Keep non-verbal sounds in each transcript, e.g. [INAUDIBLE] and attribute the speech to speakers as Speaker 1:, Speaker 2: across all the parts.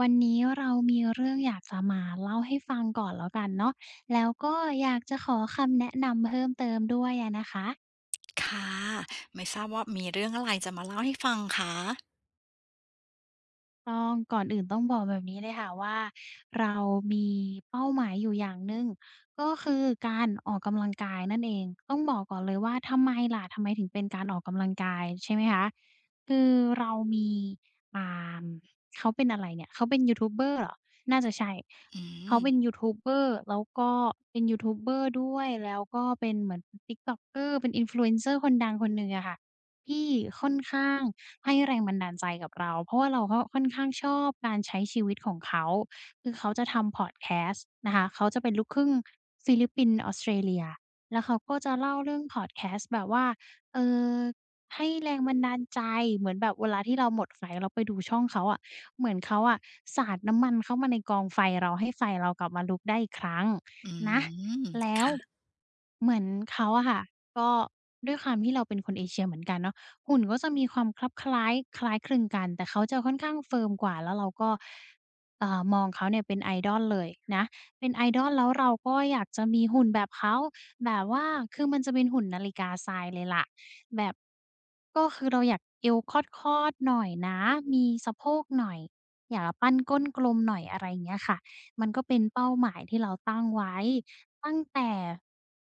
Speaker 1: วันนี้เรามีเรื่องอยากจะมาเล่าให้ฟังก่อนแล้วกันเนาะแล้วก็อยากจะขอคำแนะนำเพิ่มเติมด้วยอะนะคะ
Speaker 2: ค่ะไม่ทราบว่ามีเรื่องอะไรจะมาเล่าให้ฟังคะ
Speaker 1: ต้องก่อนอื่นต้องบอกแบบนี้เลยค่ะว่าเรามีเป้าหมายอยู่อย่างหนึ่งก็คือการออกกำลังกายนั่นเองต้องบอกก่อนเลยว่าทำไมล่ะทำไมถึงเป็นการออกกำลังกายใช่ไหมคะคือเรามีอ่าเขาเป็นอะไรเนี่ยเขาเป็นยูทูบเบอร์เหรอน่าจะใช่
Speaker 2: อื
Speaker 1: เขา
Speaker 2: ม
Speaker 1: เป็นยูทูบเบอร์แล้วก็เป็นยูทูบเบอร์ด้วยแล้วก็เป็นเหมือน TikToker เป็น Influencer คนดังคนหนึ่งอะค่ะที่ค่อนข้าง ให้แรงบันดาลใจกับเราเพราะว่าเราก็ค่อนข้างชอบการใช้ชีวิตของเขาคือเขาจะทำพอดแคสต์นะคะเขาจะเป็นลูกครึ่งฟิลิปปินส์ออสเตรเลียแล้วเขาก็จะเล่าเรื่องพอดแคสต์แบบว่าเอ่อให้แรงบันดาลใจเหมือนแบบเวลาที่เราหมดไฟเราไปดูช่องเขาอะเหมือนเขาอะสาดน้ำมันเข้ามาในกองไฟเราให้ไฟเรากลับมาลุกได้อีกครั้ง
Speaker 2: อื
Speaker 1: นะ
Speaker 2: ม
Speaker 1: แล้ว
Speaker 2: ค่ะ
Speaker 1: เหมือนเขาอะค่ะก็ด้วยความที่เราเป็นคนเอเชียเหมือนกันเนาะ หุ่นก็จะมีความคลับคล้ายคล้ายคลึงกันแต่เขาจะค่อนข้างเฟิร์มกว่าแล้วเราก็มองเขาเนี่ยเป็น idol เลยนะเป็น idol แล้วเราก็อยากจะมีหุ่นแบบเขาแบบว่าคือมันจะเป็นหุ่นนาฬิกาทรายเลยล่ะแบบก็คือเราอยากเอวคอดๆหน่อยนะมีสะโพกหน่อยอยากปั้นก้นกลมหน่อยอะไรอย่างเงี้ยค่ะมันก็เป็นเป้าหมายที่เราตั้งไว้ ตั้งแต่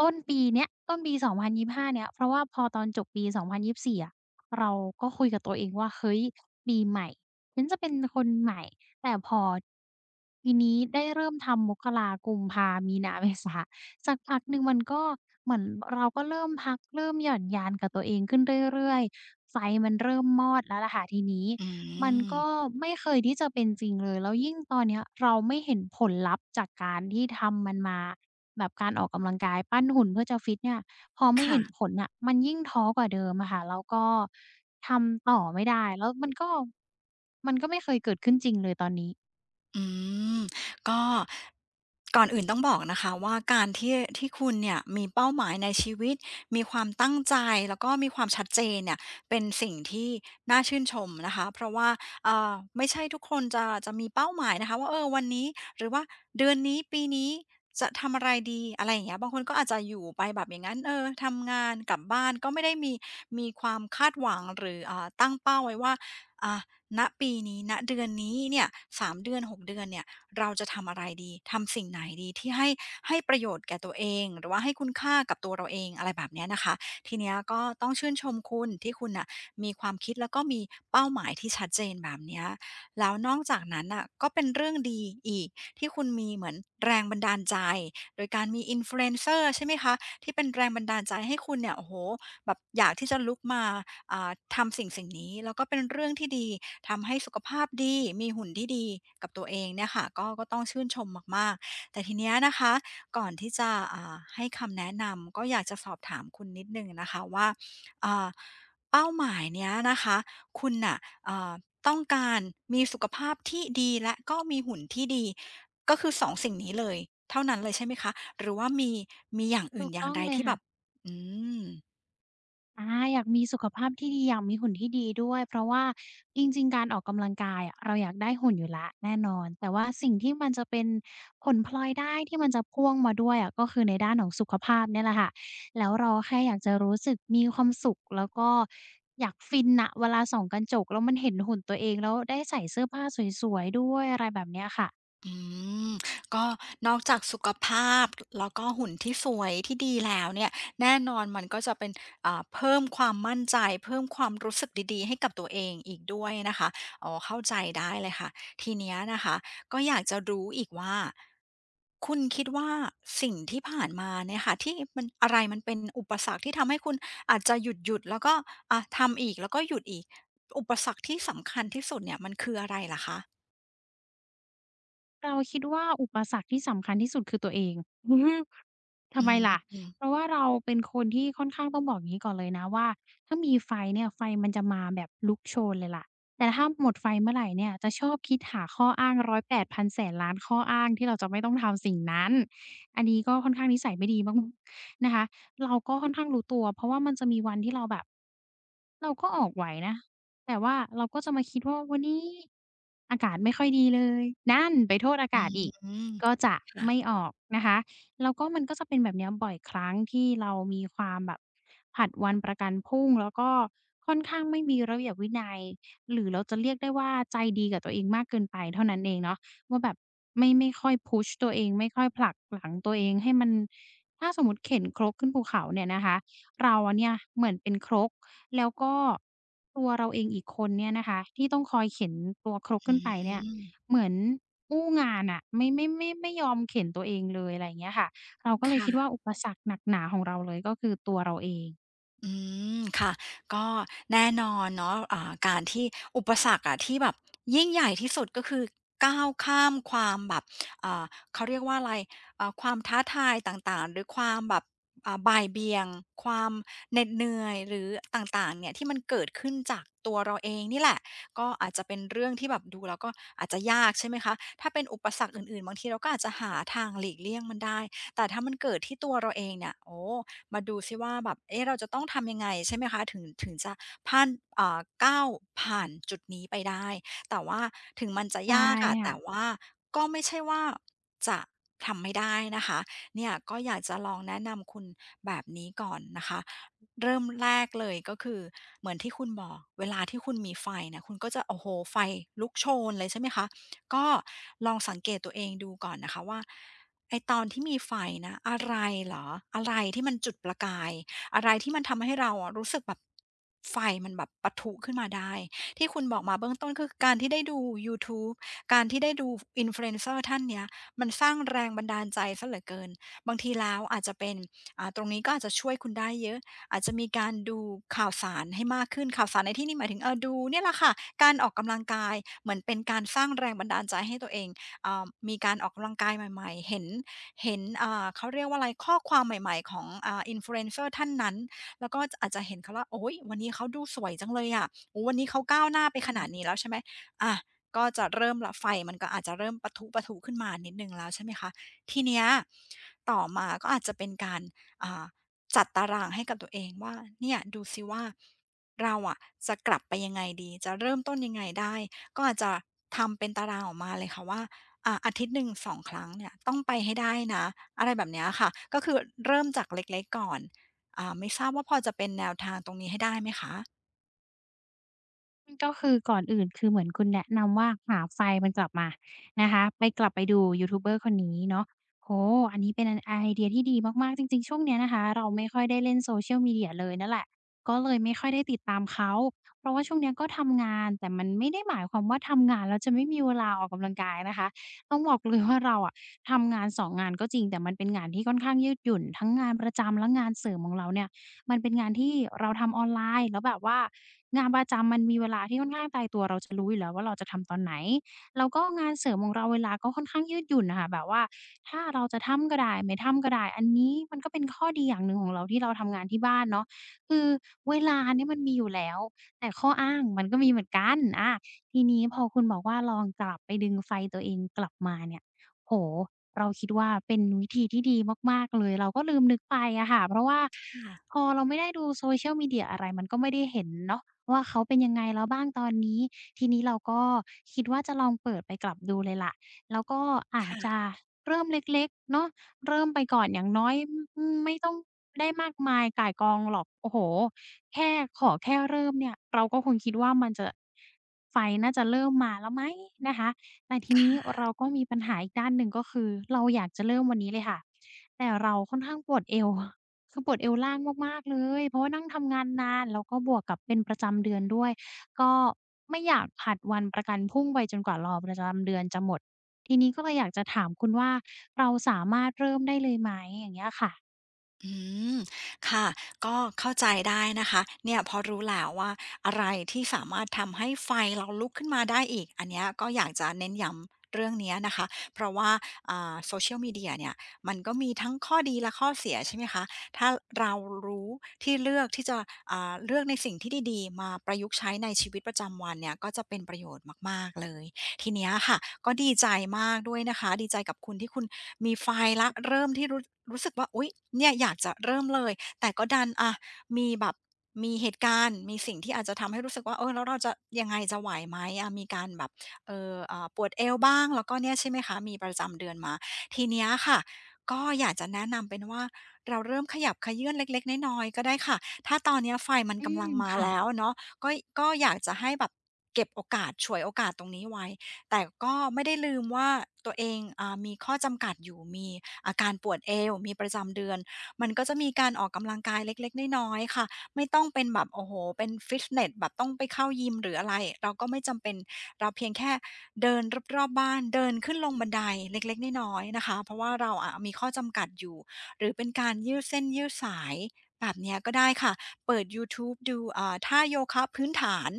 Speaker 1: ต้นปีเนี้ยต้นปี2025เนี่ยเพราะว่าพอตอนจบปี2024องพันยี่สิบสี่อะเราก็คุยกับตัวเองว่าเฮ้ยปีใหม่ฉันจะเป็นคนใหม่แต่พอปีนี้ได้เริ่มทำมกรากุมภามีนาเมษาสักพักหนึ่งมันก็เหมือนเราก็เริ่มพักเริ่มหย่อนยานกับตัวเองขึ้นเรื่อยๆไฟมันเริ่มมอดแล้วล่ะค่ะทีนี้
Speaker 2: อื
Speaker 1: มัน
Speaker 2: ม
Speaker 1: ก็ไม่เคยที่จะเป็นจริงเลยแล้วยิ่งตอนเนี้ยเราไม่เห็นผลลัพธ์จากการที่ทำมันมา แบบการออกกำลังกายปั้นหุ่นเพื่อจะฟิตเนี่ยพอไม่เห็
Speaker 2: ค่ะ
Speaker 1: นผลน่ะมันยิ่งท้อกว่าเดิมอะค่ะแล้วก็ทำต่อไม่ได้แล้วมันก็ไม่เคยเกิดขึ้นจริงเลยตอนนี้
Speaker 2: อืมก็ก่อนอื่นต้องบอกนะคะว่าการที่คุณเนี่ยมีเป้าหมายในชีวิตมีความตั้งใจแล้วก็มีความชัดเจนเนี่ยเป็นสิ่งที่น่าชื่นชมนะคะเพราะว่าเอ่อไม่ใช่ทุกคนจะมีเป้าหมายนะคะว่าเออวันนี้หรือว่าเดือนนี้ปีนี้จะทำอะไรดีอะไรอย่างเงี้ยบางคนก็อาจจะอยู่ไปแบบอย่างงั้นเออทำงานกลับบ้านก็ไม่ได้มีความคาดหวังหรือตั้งเป้าไว้ว่าอ่า ณปีนี้ณเดือนนี้เนี่ย3เดือน6เดือนเนี่ยเราจะทำอะไรดีทำสิ่งไหนดีที่ให้ประโยชน์แก่ตัวเองหรือว่าให้คุณค่ากับตัวเราเองอะไรแบบเนี้ยนะคะทีเนี้ยก็ต้องชื่นชมคุณที่คุณน่ะมีความคิดแล้วก็มีเป้าหมายที่ชัดเจนแบบเนี้ยแล้วนอกจากนั้นน่ะก็เป็นเรื่องดีอีกที่คุณมีเหมือนแรงบันดาลใจโดยการมี Influencer ใช่ไหมคะที่เป็นแรงบันดาลใจให้คุณเนี่ยโอ้โหแบบอยากที่จะลุกมา ทำสิ่งนี้แล้วก็เป็นเรื่องที่ดีทำให้สุขภาพดีมีหุ่นที่ดีกับตัวเองเนี่ยค่ะก็ต้องชื่นชมมากๆแต่ทีเนี้ยนะคะก่อนที่จะให้คำแนะนำก็อยากจะสอบถามคุณนิดนึงนะคะว่าอ่าเป้าหมายเนี้ยนะคะคุณน่ะอ่าต้องการมีสุขภาพที่ดีและก็มีหุ่นที่ดีก็คือสองสิ่งนี้เลยเท่านั้นเลยใช่ไหมคะหรือว่ามีอย่างอื่
Speaker 1: ถู
Speaker 2: น
Speaker 1: ก
Speaker 2: อย่า
Speaker 1: ต้
Speaker 2: ง
Speaker 1: อง
Speaker 2: ใด
Speaker 1: เลย
Speaker 2: ที่แบ
Speaker 1: ค่ะ
Speaker 2: บอืม
Speaker 1: อาอยากมีสุขภาพที่ดีอยากมีหุ่นที่ดีด้วยเพราะว่าจริงๆการออกกำลังกายอะเราอยากได้หุ่นอยู่แล้วแน่นอนแต่ว่าสิ่งที่มันจะเป็นผลพลอยได้ที่มันจะพ่วงมาด้วยอะก็คือในด้านของสุขภาพเนี่ยแหละค่ะแล้วเราแค่อยากจะรู้สึกมีความสุขแล้วก็อยากฟินน่ะเวลาส่องกระจกแล้วมันเห็นหุ่นตัวเองแล้วได้ใส่เสื้อผ้าสวยๆด้วยอะไรแบบเนี้ยค่ะ
Speaker 2: อืมก็นอกจากสุขภาพแล้วก็หุ่นที่สวยที่ดีแล้วเนี่ยแน่นอนมันก็จะเป็นเพิ่มความมั่นใจเพิ่มความรู้สึกดีๆให้กับตัวเองอีกด้วยนะคะอ๋อเข้าใจได้เลยค่ะทีเนี้ยนะคะก็อยากจะรู้อีกว่าคุณคิดว่าสิ่งที่ผ่านมาเนี่ยค่ะที่มันอะไรมันเป็นอุปสรรคที่ทำให้คุณอาจจะหยุดๆแล้วก็ทำอีกแล้วก็หยุดอีกอุปสรรคที่สำคัญที่สุดเนี่ยมันคืออะไรเหรอคะ
Speaker 1: เราคิดว่าอุปสรรคที่สำคัญที่สุดคือตัวเอง [LAUGHS] อือฮึทำ
Speaker 2: อื
Speaker 1: ไมล่ะ
Speaker 2: ม
Speaker 1: เพราะว่าเราเป็นคนที่ค่อนข้างต้องบอกอย่างงี้ก่อนเลยนะว่าถ้ามีไฟเนี่ยไฟมันจะมาแบบลุกโชนเลยล่ะแต่ถ้าหมดไฟเมื่อไรเนี่ยจะชอบคิดหาข้ออ้างรอยแปดพันแสนล้านข้ออ้างที่เราจะไม่ต้องทำสิ่งนั้น อันนี้ก็ค่อนข้างนิสัยไม่ดีมาก [LAUGHS] นะคะเราก็ค่อนข้างรู้ตัวเพราะว่ามันจะมีวันที่เราแบบเราก็ออกไหวนะ แต่ว่าเราก็จะมาคิดว่าวันนี้อากาศไม่ค่อยดีเลยนั่นไปโทษอา
Speaker 2: อื
Speaker 1: กาศอีก
Speaker 2: ม
Speaker 1: ก็จะไม่
Speaker 2: ค่ะ
Speaker 1: ออกนะคะแล้วก็มันก็จะเป็นแบบเนี้ยบ่อยครั้งที่เรามีความแบบผลัดวันประกันพรุ่งแล้วก็ค่อนข้างไม่มีระเบียบวินัยหรือเราจะเรียกได้ว่าใจดีกับตัวเองมากเกินไปเท่านั้นเองเนาะว่าแบบไม่ค่อยพุชตัวเองไม่ค่อยผลักหลังตัวเองให้มันถ้าสมมุติเข็นครกขึ้นภูเขาเนี่ยนะคะเราอะเนี่ยเหมือนเป็นครก แล้วก็ตัวเราเองอีกคนเนี่ยนะคะที่ต้องคอยเข็นตัวครกขึ้
Speaker 2: อื
Speaker 1: นไปเนี่ย
Speaker 2: ม
Speaker 1: เหมือนอู้งานอะไม่ยอมเข็นตัวเองเลยอะไรอย่างเงี้ยค่ะเราก็เลย
Speaker 2: ค่ะ
Speaker 1: คิดว่าอุปสรรคหนักหนาของเราเลยก็คือตัวเราเอง
Speaker 2: อืมค่ะก็แน่นอนเนาะการที่อุปสรรคอะที่แบบยิ่งใหญ่ที่สุดก็คือก้าวข้ามความแบบอ่าเขาเรียกว่าอะไรความท้าทายต่างๆหรือความแบบบ่ายเบี่ยงความเหน็ดเหนื่อยหรือต่างๆเนี่ยที่มันเกิดขึ้นจากตัวเราเองนี่แหละก็อาจจะเป็นเรื่องที่แบบดูแล้วก็อาจจะยากใช่ไหมคะถ้าเป็นอุปสรรคอื่นๆบางทีเราก็อาจจะหาทางหลีกเลี่ยงมันได้แต่ถ้ามันเกิดที่ตัวเราเองเนี่ยโอ้ มาดูซิว่าแบบเอ๊ะเราจะต้องทำยังไงใช่ไหมคะ ถึงจะผ่านก้าวผ่านจุดนี้ไปได้แต่ว่าถึงมันจะ
Speaker 1: ใช่
Speaker 2: ยากอะแต่
Speaker 1: ค่ะ
Speaker 2: ว่าก็ไม่ใช่ว่าจะทำไม่ได้นะคะเนี่ยก็อยากจะลองแนะนำคุณแบบนี้ก่อนนะคะ เริ่มแรกเลยก็คือเหมือนที่คุณบอกเวลาที่คุณมีไฟเนี่ยคุณก็จะโอ้โฮไฟลุกโชนเลยใช่ไหมคะ ก็ลองสังเกตตัวเองดูก่อนนะคะว่าไอ้ตอนที่มีไฟนะอะไรเหรออะไรที่มันจุดประกายอะไรที่มันทำให้เราอะรู้สึกแบบไฟมันแบบปะทุขึ้นมาได้ที่คุณบอกมาเบื้องต้นคือการที่ได้ดู YouTube การที่ได้ดู Influencer ท่านเนี้ยมันสร้างแรงบันดาลใจสีเหลือเกินบางทีแล้วอาจจะเป็นตรงนี้ก็อาจจะช่วยคุณได้เยอะ อาจจะมีการดูข่าวสารให้มากขึ้นข่าวสารในที่นี้หมายถึงดูเนี่ยแหละค่ะการออกกำลังกายเหมือนเป็นการสร้างแรงบันดาลใจให้ตัวเองมีการออกกำลังกายใหม่ๆเห็นเขาเรียกว่าอะไรข้อความใหม่ๆของInfluencer ท่านนั้นแล้วก็จอาจจะเห็นเขาว่าโอ๊ยวันนี้เขาดูสวยจังเลยอะโอ้วันนี้เขาก้าวหน้าไปขนา
Speaker 1: ค่ะ
Speaker 2: ดนี้แล้วใช่ไหมอาก็จะเริ่มละไฟมันก็อาจจะเริ่มปะทุๆขึ้นมานิดหนึ่งแล้วใช่ไหมคะทีเนี้ยต่อมาก็อาจจะเป็นการอ่า จัดตารางให้กับตัวเองว่าเนี่ยดูซิว่าเราอะจะกลับไปยังไงดีจะเริ่มต้นยังไงได้ก็อาจจะทำเป็นตารางออกมาเลยค่ะว่าอาทิตย์หนึ่ง2ครั้งเนี่ยต้องไปให้ได้นะอะไรแบบเนี้ยค่ะก็คือเริ่มจากเล็กๆก่อนไม่ทราบว่าพอจะเป็นแนวทางตรงนี้ให้ได้ไหมคะ
Speaker 1: ก็คือก่อนอื่นคือเหมือนคุณแนะนำว่าหาไฟล์มันกลับมานะคะไปกลับไปดูยูทูบเบอร์คนนี้เนาะโอ้โฮอันนี้เป็นไอเดียที่ดีมากๆจริงๆช่วงเนี้ยนะคะเราไม่ค่อยได้เล่น Social Media เลยนั่นแหละก็เลยไม่ค่อยได้ติดตามเขาเพราะว่าช่วงเนี้ยก็ทำงานแต่มันไม่ได้หมายความว่าทำงานแล้วจะไม่มีเวลาออกกำลังกายนะคะต้องบอกเลยว่าเราอะทำงาน2งงานก็จริงแต่มันเป็นงานที่ค่อนข้างยืดหยุ่นทั้งงานประจำและงานเสริมของเราเนี่ย มันเป็นงานที่เราทำออนไลน์แล้วแบบว่างานประจำมันมีเวลาที่ค่อนข้างตายตัวเราจะรู้อยู่แล้วว่าเราจะทำตอนไหนแล้วก็งานเสริมของเราเวลาก็ค่อนข้างยืดหยุ่นน่ะค่ะแบบว่าถ้าเราจะทำก็ได้ไม่ทำก็ได้อันนี้มันก็เป็นข้อดีอย่างหนึ่งของเราที่เราทำงานที่บ้านเนาะคือเวลาเนี่ยมันมีอยู่แล้วแต่ข้ออ้างมันก็มีเหมือนกันทีนี้พอคุณบอกว่าลองกลับไปดึงไฟตัวเองกลับมาเนี่ยโอ้โฮเราคิดว่าเป็นวิธีที่ดีมากๆเลยเราก็ลืมนึกไปอะค่ะเพราะว่า
Speaker 2: ค่ะ
Speaker 1: พอเราไม่ได้ดู social media อะไรมันก็ไม่ได้เห็นเนาะว่าเขาเป็นยังไงแล้วบ้างตอนนี้ทีนี้เราก็คิดว่าจะลองเปิดไปกลับดูเลยแหละแล้วก็อาจจะ
Speaker 2: ค่ะ
Speaker 1: เริ่มเล็กๆเนาะเริ่มไปก่อนอย่างน้อยไม่ต้องได้มากมายก่ายกองหรอกโอ้โฮแค่ขอแค่เริ่มเนี่ยเราก็คงคิดว่ามันจะไฟน่าจะเริ่มมาแล้วไหมนะคะแต่ทีนี้เราก็มีปัญหาอีกด้านหนึ่งก็คือเราอยากจะเริ่มวันนี้เลยค่ะแต่เราค่อนข้างปวดเอว คือปวดเอวล่างมากๆเลยเพราะว่านั่งทำงานนานแล้วก็บวกกับเป็นประจำเดือนด้วยก็ไม่อยากผลัดวันประกันพรุ่งไปจนกว่ารอประจำเดือนจะหมดทีนี้ก็เลยอยากจะถามคุณว่าเราสามารถเริ่มได้เลยไหมอย่างเงี้ยค่ะ
Speaker 2: อืมค่ะก็เข้าใจได้นะคะเนี่ยพอรู้แล้วว่าอะไรที่สามารถทำให้ไฟเราลุกขึ้นมาได้อีกอันเนี้ยก็อยากจะเน้นย้ำเรื่องเนี้ยนะคะเพราะว่าSocial Media เชียลมีเดียเนี่ยมันก็มีทั้งข้อดีและข้อเสียใช่ไหมคะถ้าเรารู้ที่เลือกที่จะเลือกในสิ่งที่ดีๆมาประยุกต์ใช้ในชีวิตประจำวันเนี่ยก็จะเป็นประโยชน์มากๆเลย ทีเนี้ยค่ะก็ดีใจมากด้วยนะคะดีใจกับคุณที่คุณมีไฟล์แล้วเริ่มที่รู้รู้สึกว่าอุ๊ยเนี่ยอยากจะเริ่มเลยแต่ก็ดันอะมีแบบมีเหตุการณ์มีสิ่งที่อาจจะทำให้รู้สึกว่าเออแล้วเราจะยังไงจะไหวไหมอะมีการแบบปวดเอวบ้างแล้วก็เนี่ยใช่ไหมคะมีประจำเดือนมาทีเนี้ยค่ะก็อยากจะแนะนำเป็นว่าเราเริ่มขยับเขยื้อนเล็กๆน้อยๆก็ได้ค่ะถ้าตอนเนี้ยไฟมัน
Speaker 1: อื
Speaker 2: กำลัง
Speaker 1: ม
Speaker 2: มา
Speaker 1: ค่ะ
Speaker 2: แล้วเนาะก็ก็อยากจะให้แบบเก็บโอกาสฉวยโอกาสตรงนี้ไว้ แต่ก็ไม่ได้ลืมว่าตัวเองอามีข้อจำกัดอยู่มีอาการปวดเอวมีประจำเดือนมันก็จะมีการออกกำลังกายเล็กๆน้อยๆค่ะไม่ต้องเป็นแบบโอ้โฮเป็นฟิตเนสแบบต้องไปเข้ายิมหรืออะไรเราก็ไม่จำเป็นเราเพียงแค่เดินรอบๆบ้านเดินขึ้นลงบันไดเล็กๆน้อยๆนะคะเพราะว่าเราอะมีข้อจำกัดอยู่หรือเป็นการยืดเส้นยืดสายแบบเนี้ยก็ได้ค่ะเปิดยูทูบดูท่าโยคะพื้นฐาน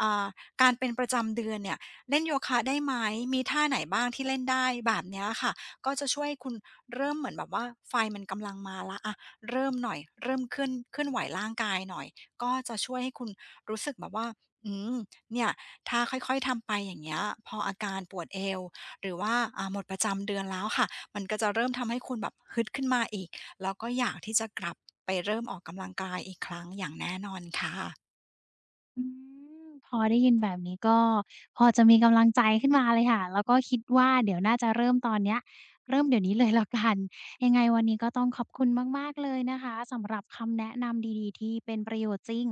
Speaker 2: อ่าการเป็นประจำเดือนเนี่ย เล่นโยคะได้ไหมมีท่าไหนบ้างที่เล่นได้แบบเนี้ยค่ะก็จะช่วยให้คุณเริ่มเหมือนแบบว่าไฟมันกำลังมาแล้วอะเริ่มหน่อยเริ่มเคลื่อนไหวร่างกายหน่อยก็จะช่วยให้คุณรู้สึกแบบว่าอืมเนี่ยถ้าค่อยๆทำไปอย่างเงี้ยพออาการปวดเอวหรือว่าหมดประจำเดือนแล้วค่ะมันก็จะเริ่มทำให้คุณแบบฮึดขึ้นมาอีกแล้วก็อยากที่จะกลับไปเริ่มออกกำลังกายอีกครั้งอย่างแน่นอนค่ะ
Speaker 1: อืมพอได้ยินแบบนี้ก็พอจะมีกำลังใจขึ้นมาเลยค่ะแล้วก็คิดว่าเดี๋ยวน่าจะเริ่มตอนเนี้ยเริ่มเดี๋ยวนี้เลยแล้วกันยังไงวันนี้ก็ต้องขอบคุณมากๆเลยนะคะสำหรับคำแนะนำดีๆที่เป็นประโยชน์จริง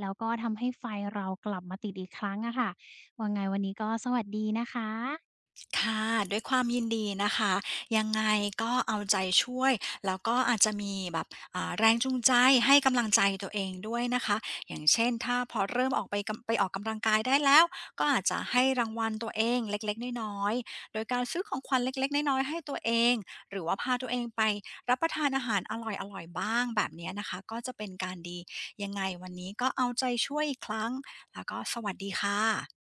Speaker 1: แล้วก็ทำให้ไฟเรากลับมาติดอีกครั้งอะค่ะว่าไงวันนี้ก็สวัสดีนะคะ
Speaker 2: ค่ะด้วยความยินดีนะคะยังไงก็เอาใจช่วยแล้วก็อาจจะมีแบบแรงจูงใจให้กำลังใจตัวเองด้วยนะคะอย่างเช่นถ้าพอเริ่มออกไปกำไปออกกำลังกายได้แล้วก็อาจจะให้รางวัลตัวเองเล็กๆน้อยๆโดยการซื้อของขวัญเล็กๆน้อยๆให้ตัวเองหรือว่าพาตัวเองไปรับประทานอาหารอร่อยๆบ้างแบบเนี้ยนะคะก็จะเป็นการดียังไงวันนี้ก็เอาใจช่วยอีกครั้งแล้วก็สวัสดีค่ะ